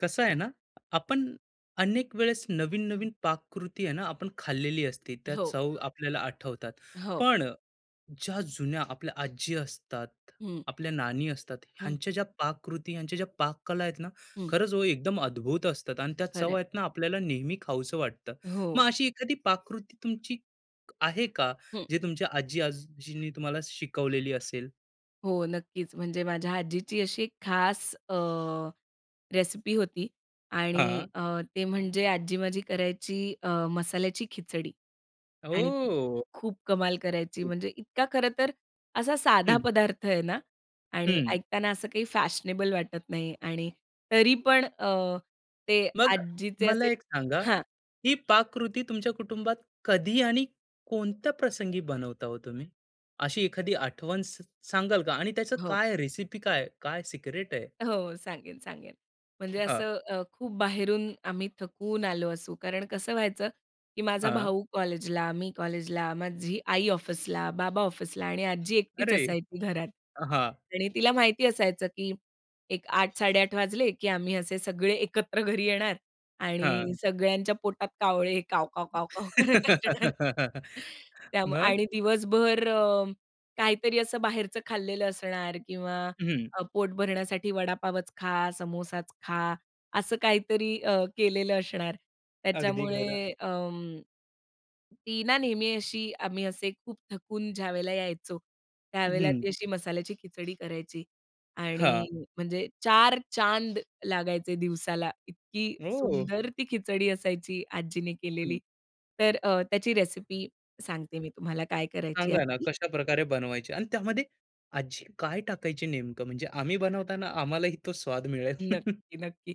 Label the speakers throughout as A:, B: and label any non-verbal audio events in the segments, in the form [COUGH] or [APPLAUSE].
A: कसं आहे ना, आपण अनेक वेळेस नवीन-नवीन पाककृती आहे ना, आपण खाल्लेली असते. त्या
B: हो,
A: चव आपल्याला आठवतात.
B: हो.
A: पण ज्या जुन्या आपल्या आजी असतात,
B: हं,
A: आपल्या नानी असतात,
B: हं,
A: ह्यांच्या ज्या पाककृती, ह्यांच्या ज्या पाककला आहेत ना,
B: हं.
A: खरंच हो एकदम अद्भुत असतात आणि त्या चव
B: खरं
A: आहेत ना, आपल्याला नेहमी खाऊसं वाटतं.
B: हो,
A: मग अशी एखादी पाककृती तुमची आहे का,
B: हं.
A: जे तुमच्या आजी-आजींनी तुम्हाला शिकवलेली असेल?
B: हो, नक्कीच. म्हणजे माझ्या आजीची अशी एक खास रेसिपी होती आणि
A: हां.
B: ते म्हणजे आजी माझी करायची मसाल्याची खिचडी आणि ती
A: ओह!
B: खूप कमाल करायची. म्हणजे इतका खरं तर असा साधा
A: हं,
B: पदार्थ आहे ना आणि
A: हं.
B: ऐकताना असं काही फॅशनेबल वाटत नाही आणि तरी पण ते
A: मग
B: आजीचे
A: मला
B: असे
A: एक सांगा,
B: हां,
A: ही पाककृती तुमच्या कुटुंबात कधी आणि कोणत्या प्रसंगी बनवता हो तुम्ही? अशी एखादी आठवण स सांगाल का? आणि त्याचं
B: हो.
A: काय रेसिपी काय? काय सिक्रेट आहे?
B: हो, सांगेन, सांगेन. म्हणजे
A: हां,
B: असं खूप बाहेरून आम्ही थकून आलो असू. कारण कसं व्हायचं, की माझा
A: हां.
B: भाऊ कॉलेजला, मी कॉलेजला, माझी आई ऑफिसला, बाबा ऑफिसला आणि आजी एकटीच
A: अरे!
B: असायची घरात.
A: हा..
B: आणि तिला माहिती असायचं, की एक 8, 8:30 वाजले, की आम्ही असे सगळे एकत्र घरी येणार
A: हा..
B: आणि सगळ्यांच्या पोटात कावळे काव, काव, काव, काव करत असणार.
A: [LAUGHS]
B: त्यामुळे
A: मग?
B: आणि दिवसभर काहीतरी असं बाहेरचं खाल्लेलं असणार किंवा
A: हं.
B: पोट भरण्यासाठी वडापावच खा, समोसाच खा, असं काहीतरी केलेलं असणार.
A: अगदी खरं.
B: त्याच्यामुळे ती ना नेहमी अशी आम्ही असे खूप थकून ज्यावेळेला यायचो, त्यावेळेला
A: हं.
B: ती अशी मसाल्याची खिचडी करायची
A: हां.
B: आणि म्हणजे 4 चांद लागायचे दिवसाला. इतकी
A: ओह!
B: सुंदर ती खिचडी असायची आजीने
A: हं.
B: केलेली. तर त्याची रेसिपी सांगते मी तुम्हाला काय करायची
A: सांगा ना
B: आजी.
A: कशाप्रकारे बनवायची? आणि त्यामध्ये आजी काय टाकायची नेमकं? म्हणजे आम्ही बनवताना आम्हालाही तो स्वाद मिळेल. [LAUGHS]
B: नक्की, नक्की.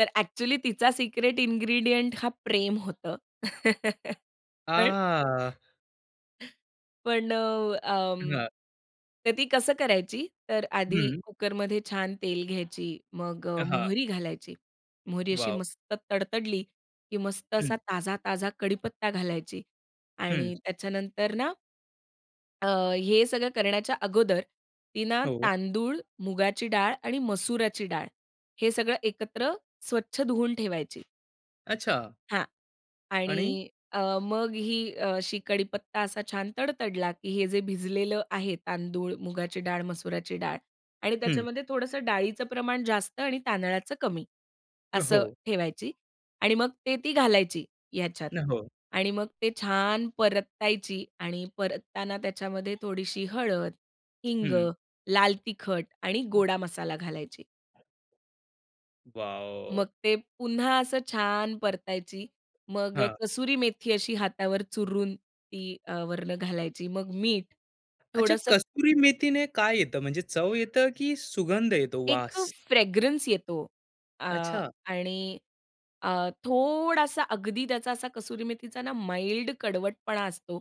B: तर ॲक्चुअली तिचा सिक्रेट इन्ग्रीडियंट हा प्रेम होतं. [LAUGHS] पण
A: आ,
B: पण अं,
A: हां.
B: तर ती कसं करायची, तर आधी
A: हं.
B: कुकरमध्ये छान तेल घ्यायची, मग
A: हां.
B: मोहरी घालायची. मोहरी अशी
A: वॉव!
B: मस्त तडतडली, की मस्त असा
A: हं,
B: ताजा-ताजा कढीपत्ता घालायची
A: हं.
B: आणि त्याच्यानंतर ना अ, हे सगळं करण्याच्या अगोदर ती ना
A: हो.
B: तांदूळ, मुगाची डाळ आणि मसुराची डाळ हे सगळं एकत्र स्वच्छ धुवून ठेवायची.
A: अच्छा.
B: हां. आणि
A: आणि
B: मग ही अशी कढीपत्ता असा छान तडतडला, की हे जे भिजलेलं आहे तांदूळ, मुगाची डाळ, मसुराची डाळ आणि
A: हं.
B: त्याच्यामध्ये थोडंसं डाळीचं प्रमाण जास्त आणि तांदळाचं कमी
A: हो.
B: असं ठेवायची आणि मग ते ती घालायची ह्याच्यात
A: हो.
B: आणि मग ते छान परतायची आणि परतताना त्याच्यामध्ये थोडीशी हळद, हिंग,
A: हं.
B: लाल तिखट आणि गोडा मसाला घालायची.
A: वॉव!
B: मग ते पुन्हा असं छान परतायची. मग
A: हां.
B: कसुरी मेथी अशी हातावर चुरून ती वरनं घालायची. मग मीठ,
A: अच्छा,
B: थोडंसं
A: कसुरी मेथीने काय येतं? म्हणजे चव येतं की सुगंध येतो,
B: एक
A: वास?
B: फ्रेग्रन्स येतो. अ,
A: अच्छा.
B: आणि थोडासा अगदी त्याचा असा कसुरी मेथीचा ना माईल्ड कडवटपणा असतो.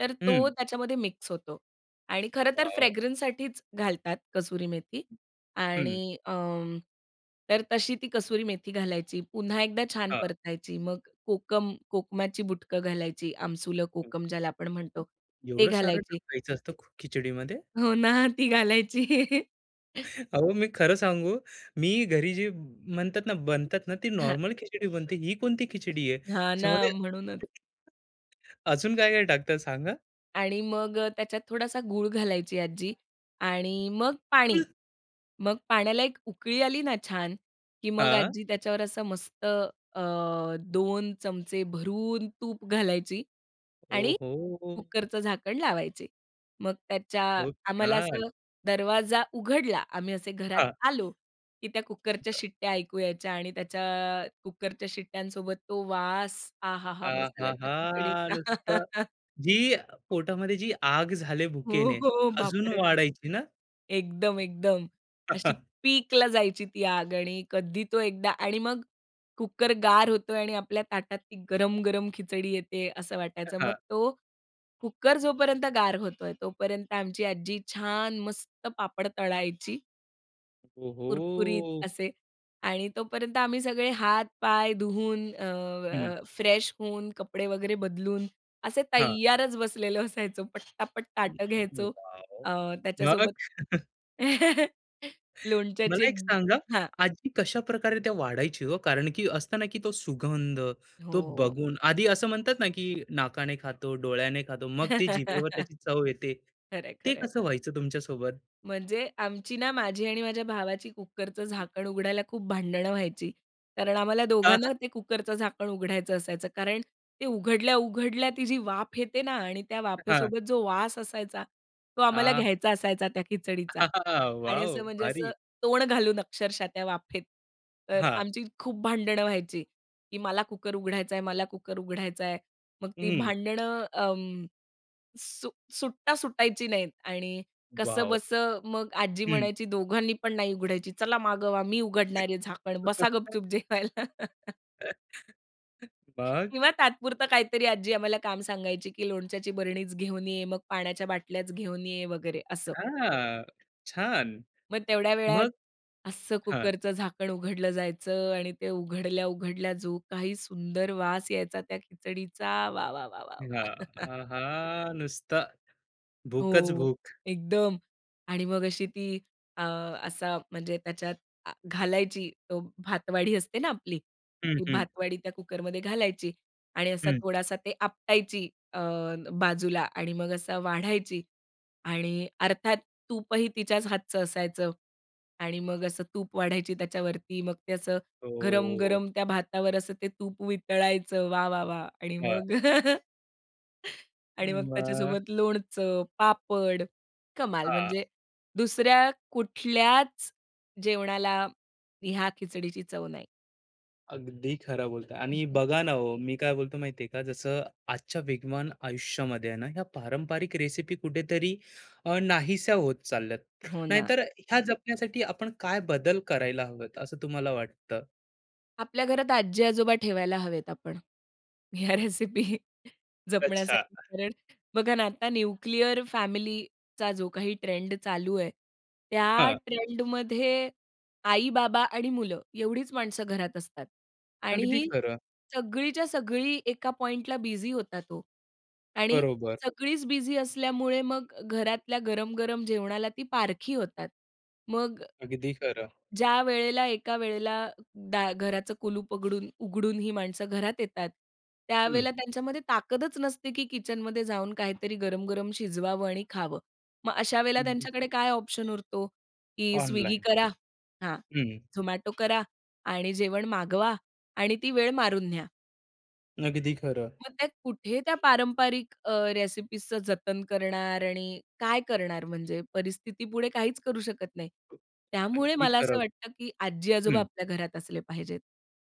B: तर तो
A: हं.
B: त्याच्यामध्ये मिक्स होतो. आणि खरं तर
A: वॉव!
B: फ्रेग्रन्ससाठीच घालतात कसुरी मेथी
A: हं.
B: आणि तर तशी ती कसुरी मेथी घालायची. पुन्हा एकदा छान
A: हां.
B: परतायची. मग कोकम, कोकमाची बुटकं घालायची. आमसुलं
A: हं.
B: कोकम ज्याला आपण म्हणतो ते
A: एवढं सारं
B: घालायची.
A: टाकायचं असतं खिचडीमध्ये?
B: हो ना, ती घालायची. [LAUGHS]
A: अहो, मी खरं सांगू, मी घरी जी म्हणतात ना, बनतात ना, ती
B: हां,
A: नॉर्मल खिचडी बनते. ही कोणती खिचडी आहे?
B: हां ना,
A: त्याच्यामध्ये
B: म्हणूनच.
A: अजून काय-काय टाकतात सांगा?
B: आणि मग त्याच्यात थोडासा गूळ घालायची आजी आणि मग पाणी. मग पाण्याला एक उकळी आली ना छान, की मग
A: हां.
B: आजी त्याच्यावर असं मस्त 2 चमचे भरून तूप घालायची आणि
A: ओहो!
B: कुकरचं झाकण लावायचे. मग त्याच्या
A: खूप
B: आम्हाला
A: छान.
B: असं दरवाजा उघडला, आम्ही असे घरात
A: हां.
B: आलो, की त्या कुकरच्या शिट्ट्या ऐकू यायच्या आणि त्याच्या कुकरच्या शिट्ट्यांसोबत तो वास, आहाहा! मसाल्याच्या
A: आहाहा!
B: खिचडीचा.
A: नुसतं
B: [LAUGHS]
A: जी पोटामध्ये जी आग झाले
B: हो,
A: भुकेने, ती
B: हो.
A: अजून
B: बापरे!
A: वाढायची ना?
B: एकदम, एकदम. अशी
A: [LAUGHS]
B: पीकला जायची ती आग आणि कधी तो एकदा आणि मग कुकर गार होतोय आणि आपल्या ताटात ती गरम-गरम खिचडी येते असं वाटायचं.
A: हां.
B: मग तो कुकर जोपर्यंत गार होतोय, तोपर्यंत आमची आजी छान मस्त पापड तळायची कुरकुरीत
A: ओहो!
B: असे आणि तोपर्यंत आम्ही सगळे हात-पाय धुवून
A: हं.
B: फ्रेश होऊन, कपडे वगैरे बदलून असे
A: हां.
B: तैयारच बसलेलो असायचो. पटापट ताटं घ्यायचो.
A: वॉव!
B: अ,
A: मग
B: त्याच्यासोबत [LAUGHS] लोणच्याची
A: मला
B: एक
A: एक सांगा,
B: हां.
A: आजी कशाप्रकारे त्या वाढायची हो? कारण की असतं ना, की तो सुगंध, तो
B: हो.
A: बघून आधी असं म्हणतात ना, की नाकाने खातो, डोळ्याने खातो, मग ते जिभेवर
B: [LAUGHS]
A: त्याची चव येते.
B: खरंय,
A: ते
B: खरंय.
A: कसं व्हायचं तुमच्यासोबत?
B: म्हणजे आमची ना माझी आणि माझ्या भावाची कुकरचं झाकण उघडायला खूप भांडणं व्हायची. कारण आम्हाला दोघांना
A: [LAUGHS]
B: ते कुकरचं झाकण उघडायचं असायचं. कारण ते उघडल्या-उघडल्या ती जी वाफ येते ना आणि त्या
A: हां.
B: वाफेसोबत जो वास असायचा, तो आम्हाला
A: आ,
B: घ्यायचा असायचा त्या खिचडीचा
A: [LAUGHS]
B: आणि
A: वॉव!
B: असं म्हणजे असं
A: भारी.
B: तोंड घालून अक्षरशः त्या वाफेत. तर
A: हां.
B: आमची खूप भांडणं व्हायची, की मला कुकर उघडायचा आहे, मला कुकर उघडायचा आहे. मग ती
A: हं.
B: भांडणं सु सुट्टा सुटायची नाहीत आणि
A: वॉव!
B: कसंबसं मग आजी
A: हं.
B: म्हणायची, "दोघांनी पण नाही उघडायची. चला मागं व्हा, मी उघडणार आहे झाकण. बसा
A: [LAUGHS]
B: गपचूप जेवायला." [LAUGHS]
A: मग?
B: किंवा तात्पुरतं काहीतरी आजी आम्हाला काम सांगायची, की लोणच्याची बरणीच घेऊन ये, मग पाण्याच्या बाटल्याच घेऊन ये वगैरे असं.
A: हां, छान.
B: मग तेवढ्या वेळात
A: मग?
B: असं
A: हां,
B: कुकरचं झाकण उघडलं जायचं आणि ते उघडल्या-उघडल्या जो काही सुंदर वास यायचा त्या खिचडीचा, वाह, वाह, वाह, वाह,
A: हां.
B: वाह!
A: आहा! नुसता भूकच
B: हो,
A: भूक.
B: एकदम. आणि मग अशी ती अ, असा म्हणजे त्याच्यात घालायची तो भातवाड़ी असते ना आपली,
A: हं,
B: ती
A: हं,
B: भातवाड़ी त्या कुकरमध्ये घालायची आणि असा
A: हं.
B: थोडासा ते आपटायची अ, बाजूला आणि मग असा वाढायची आणि अर्थात तूपही तिच्याच हातचं असायचं आणि मग असं तूप वाढायची त्याच्यावरती. मग ते असं
A: हो.
B: गरम-गरम त्या भातावर असं ते तूप वितळायचं. वाह, वाह, वाह! आणि
A: हां.
B: मग [LAUGHS] आणि मग
A: मग?
B: त्याच्यासोबत लोणचं, पापड, कमाल.
A: हां.
B: म्हणजे दुसऱ्या कुठल्याच जेवणाला ह्या खिचडीची चव नाही.
A: अगदी खरं बोलताय आणि
B: [LAUGHS]
A: बघा ना हो, मी काय बोलतो माहितीये का जसं आजच्या वेगवान आयुष्यामध्ये आहे ना ह्या पारंपरिक रेसिपी कुठेतरी नाहीशा होत चालल्यात
B: हो ना.
A: नाहीतर ह्या जपण्यासाठी आपण काय बदल करायला हवेत असं तुम्हाला वाटतं?
B: आपल्या घरात आजी-आजोबा ठेवायला हवेत आपण. ह्या रेसिपी [LAUGHS]
A: अच्छा.
B: जपण्यासाठी. कारण बघा ना, आता न्यूक्लिअर फॅमिलीचा जो काही ट्रेंड चालू आहे, त्या
A: हा.
B: ट्रेंडमध्ये आई-बाबा आणि मुलं एवढीच माणसं घरात असतात. आणि
A: अगदी
B: ही
A: खरं.
B: सगळीच्या सगळी एका पॉइंटला बिझी होतात ओ. आणि
A: बरोबर.
B: सगळीच बिझी असल्यामुळे मग घरातल्या गरम-गरम जेवणाला ती पारखी होतात. मग
A: अगदी खरं.
B: ज्या वेळेला एका वेळेला दा घराचं कुलूप उघडून उघडून ही माणसं घरात येतात,
A: हम्म.
B: त्यावेळेला त्यांच्यामध्ये ताकदच नसते, की किचनमध्ये जाऊन काहीतरी गरम-गरम शिजवावं आणि खावं. मग अशा वेळेला त्यांच्याकडे काय ऑप्शन उरतो, की स्विगी
A: ऑनलाईन.
B: करा हां,
A: हम्म.
B: Zomato करा आणि जेवण मागवा आणि ती वेळ मारून न्या.
A: अगदी खरं.
B: मग त्या कुठे त्या पारंपरिक रेसिपीजचं जतन करणार आणि काय करणार म्हणजे परिस्थितीपुढे काहीच करू शकत नाही. त्यामुळे
A: अगदी
B: मला असं
A: खरं.
B: वाटतं, की आजी-आजोबा
A: हम्म.
B: आपल्या घरात असले पाहिजेत.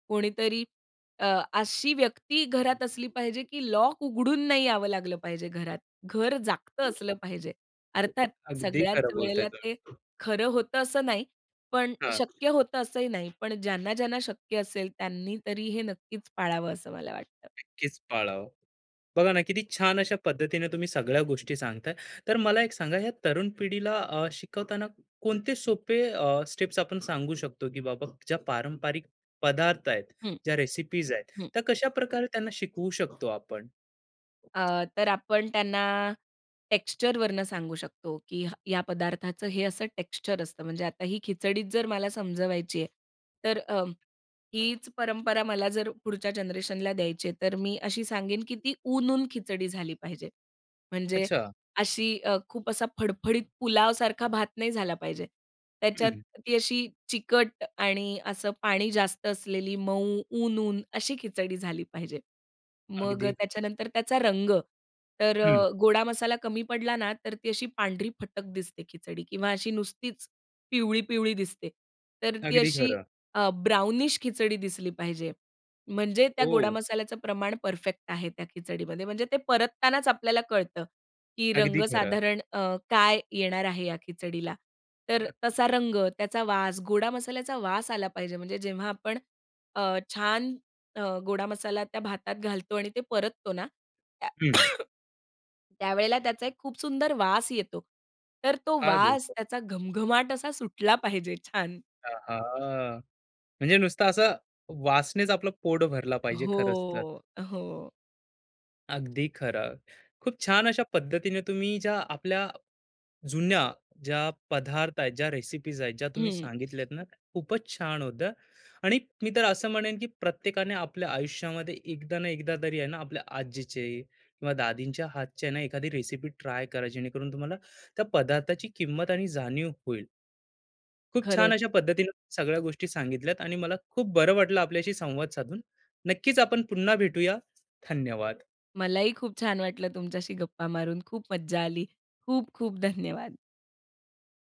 B: कोणीतरी अ, अशी व्यक्ती घरात असली पाहिजे, की लॉक उघडून नाही यावं लागलं पाहिजे घरात. घर जागतं असलं पाहिजे. अर्थात
A: अगदी
B: सगळ्याच
A: खरं बोलताय
B: वेळेला ते
A: तुम्ही.
B: खरं होतं असं नाही, पण शक्य होतं असंही नाही. पण ज्यांना शक्य असेल त्यांनी तरी हे नक्कीच पाळावं असं मला वाटतं.
A: नक्कीच पाळावं. बघा ना, किती छान अशा पद्धतीने तुम्ही सगळ्या गोष्टी सांगताय. तर मला एक सांगा, या तरुण पिढीला शिकवताना कोणते सोपे स्टेप्स आपण सांगू शकतो, की बाबा ज्या पारंपरिक पदार्थ आहेत, ज्या रेसिपीज आहेत,
B: हं.
A: त्या कशाप्रकारे त्यांना शिकवू शकतो आपण?
B: तर आपण त्यांना टेक्स्चरवरनं सांगू शकतो, की ह या पदार्थाचं हे असं टेक्स्चर असतं. म्हणजे आता ही खिचडीच जर मला समजवायची आहे, तर हीच परंपरा मला जर पुढच्या जनरेशनला द्यायची आहे, तर मी अशी सांगेन, की ती ऊन-ऊन खिचडी झाली पाहिजे. म्हणजे
A: अच्छा.
B: अशी खूप असा फडफडीत पुलावसारखा भात नाही झाला पाहिजे. त्याच्यात
A: हं.
B: ती अशी चिकट तिखट आणि असं पाणी जास्त असलेली मऊ, ऊन-ऊन अशी खिचडी झाली पाहिजे. मग
A: अगदी.
B: त्याच्यानंतर त्याचा रंग. तर
A: हं.
B: गोडा मसाला कमी पडला ना, तर ती अशी पांढरी फटक दिसते खिचडी किंवा अशी नुसतीच पिवळी-पिवळी दिसते. तर ती
A: अगदी
B: अशी
A: खरं.
B: अ, ब्राउनिश खिचडी दिसली पाहिजे. म्हणजे त्या गोडा
A: हो.
B: मसाल्याचं प्रमाण परफेक्ट आहे त्या खिचडीमध्ये. म्हणजे ते परततानाच आपल्याला कळतं, की रंग
A: अगदी खरं.
B: साधारण काय येणार आहे या खिचडीला. तर
A: हं,
B: तसा रंग, त्याचा वास, गोडा मसाल्याचा वास आला पाहिजे. म्हणजे जेव्हा आपण छान गोडा मसाला त्या भातात घालतो आणि ते परततो ना, त्या
A: हं.
B: [COUGHS] त्यावेळेला त्याचा एक खूप सुंदर वास येतो. तर तो
A: काय
B: वास
A: बोलतो?
B: त्याचा घमघमाट असा सुटला पाहिजे छान.
A: आहाहा! म्हणजे नुसतं असं वासनेच आपलं पोट भरला पाहिजे
B: हो,
A: खरंच तर.
B: हो.
A: अगदी खरं. खूप छान अशा पद्धतीने तुम्ही ज्या आपल्या जुन्या ज्या पदार्थ आहेत, ज्या रेसिपीज आहेत, ज्या तुम्ही
B: हं,
A: सांगितल्यात ना, त्या खूपच छान होत्या आणि मी तर असं म्हणेन, की प्रत्येकाने आपल्या आयुष्यामध्ये एकदा ना एकदा तरी आहे ना, आपल्या आजीचे किंवा दादींच्या हातची ना, एखादी रेसिपी ट्राय करा, जेणेकरून तुम्हाला त्या पदार्थाची किंमत आणि जाणीव होईल. खूप छान
B: खरंच.
A: अशा पद्धतीने सगळ्या गोष्टी सांगितल्यात आणि मला खूप बरं वाटलं आपल्याशी संवाद साधून. नक्कीच आपण पुन्हा भेटूया. धन्यवाद.
B: मलाही खूप छान वाटलं तुमच्याशी गप्पा मारून. खूप मज्जा आली. खूप खूप धन्यवाद.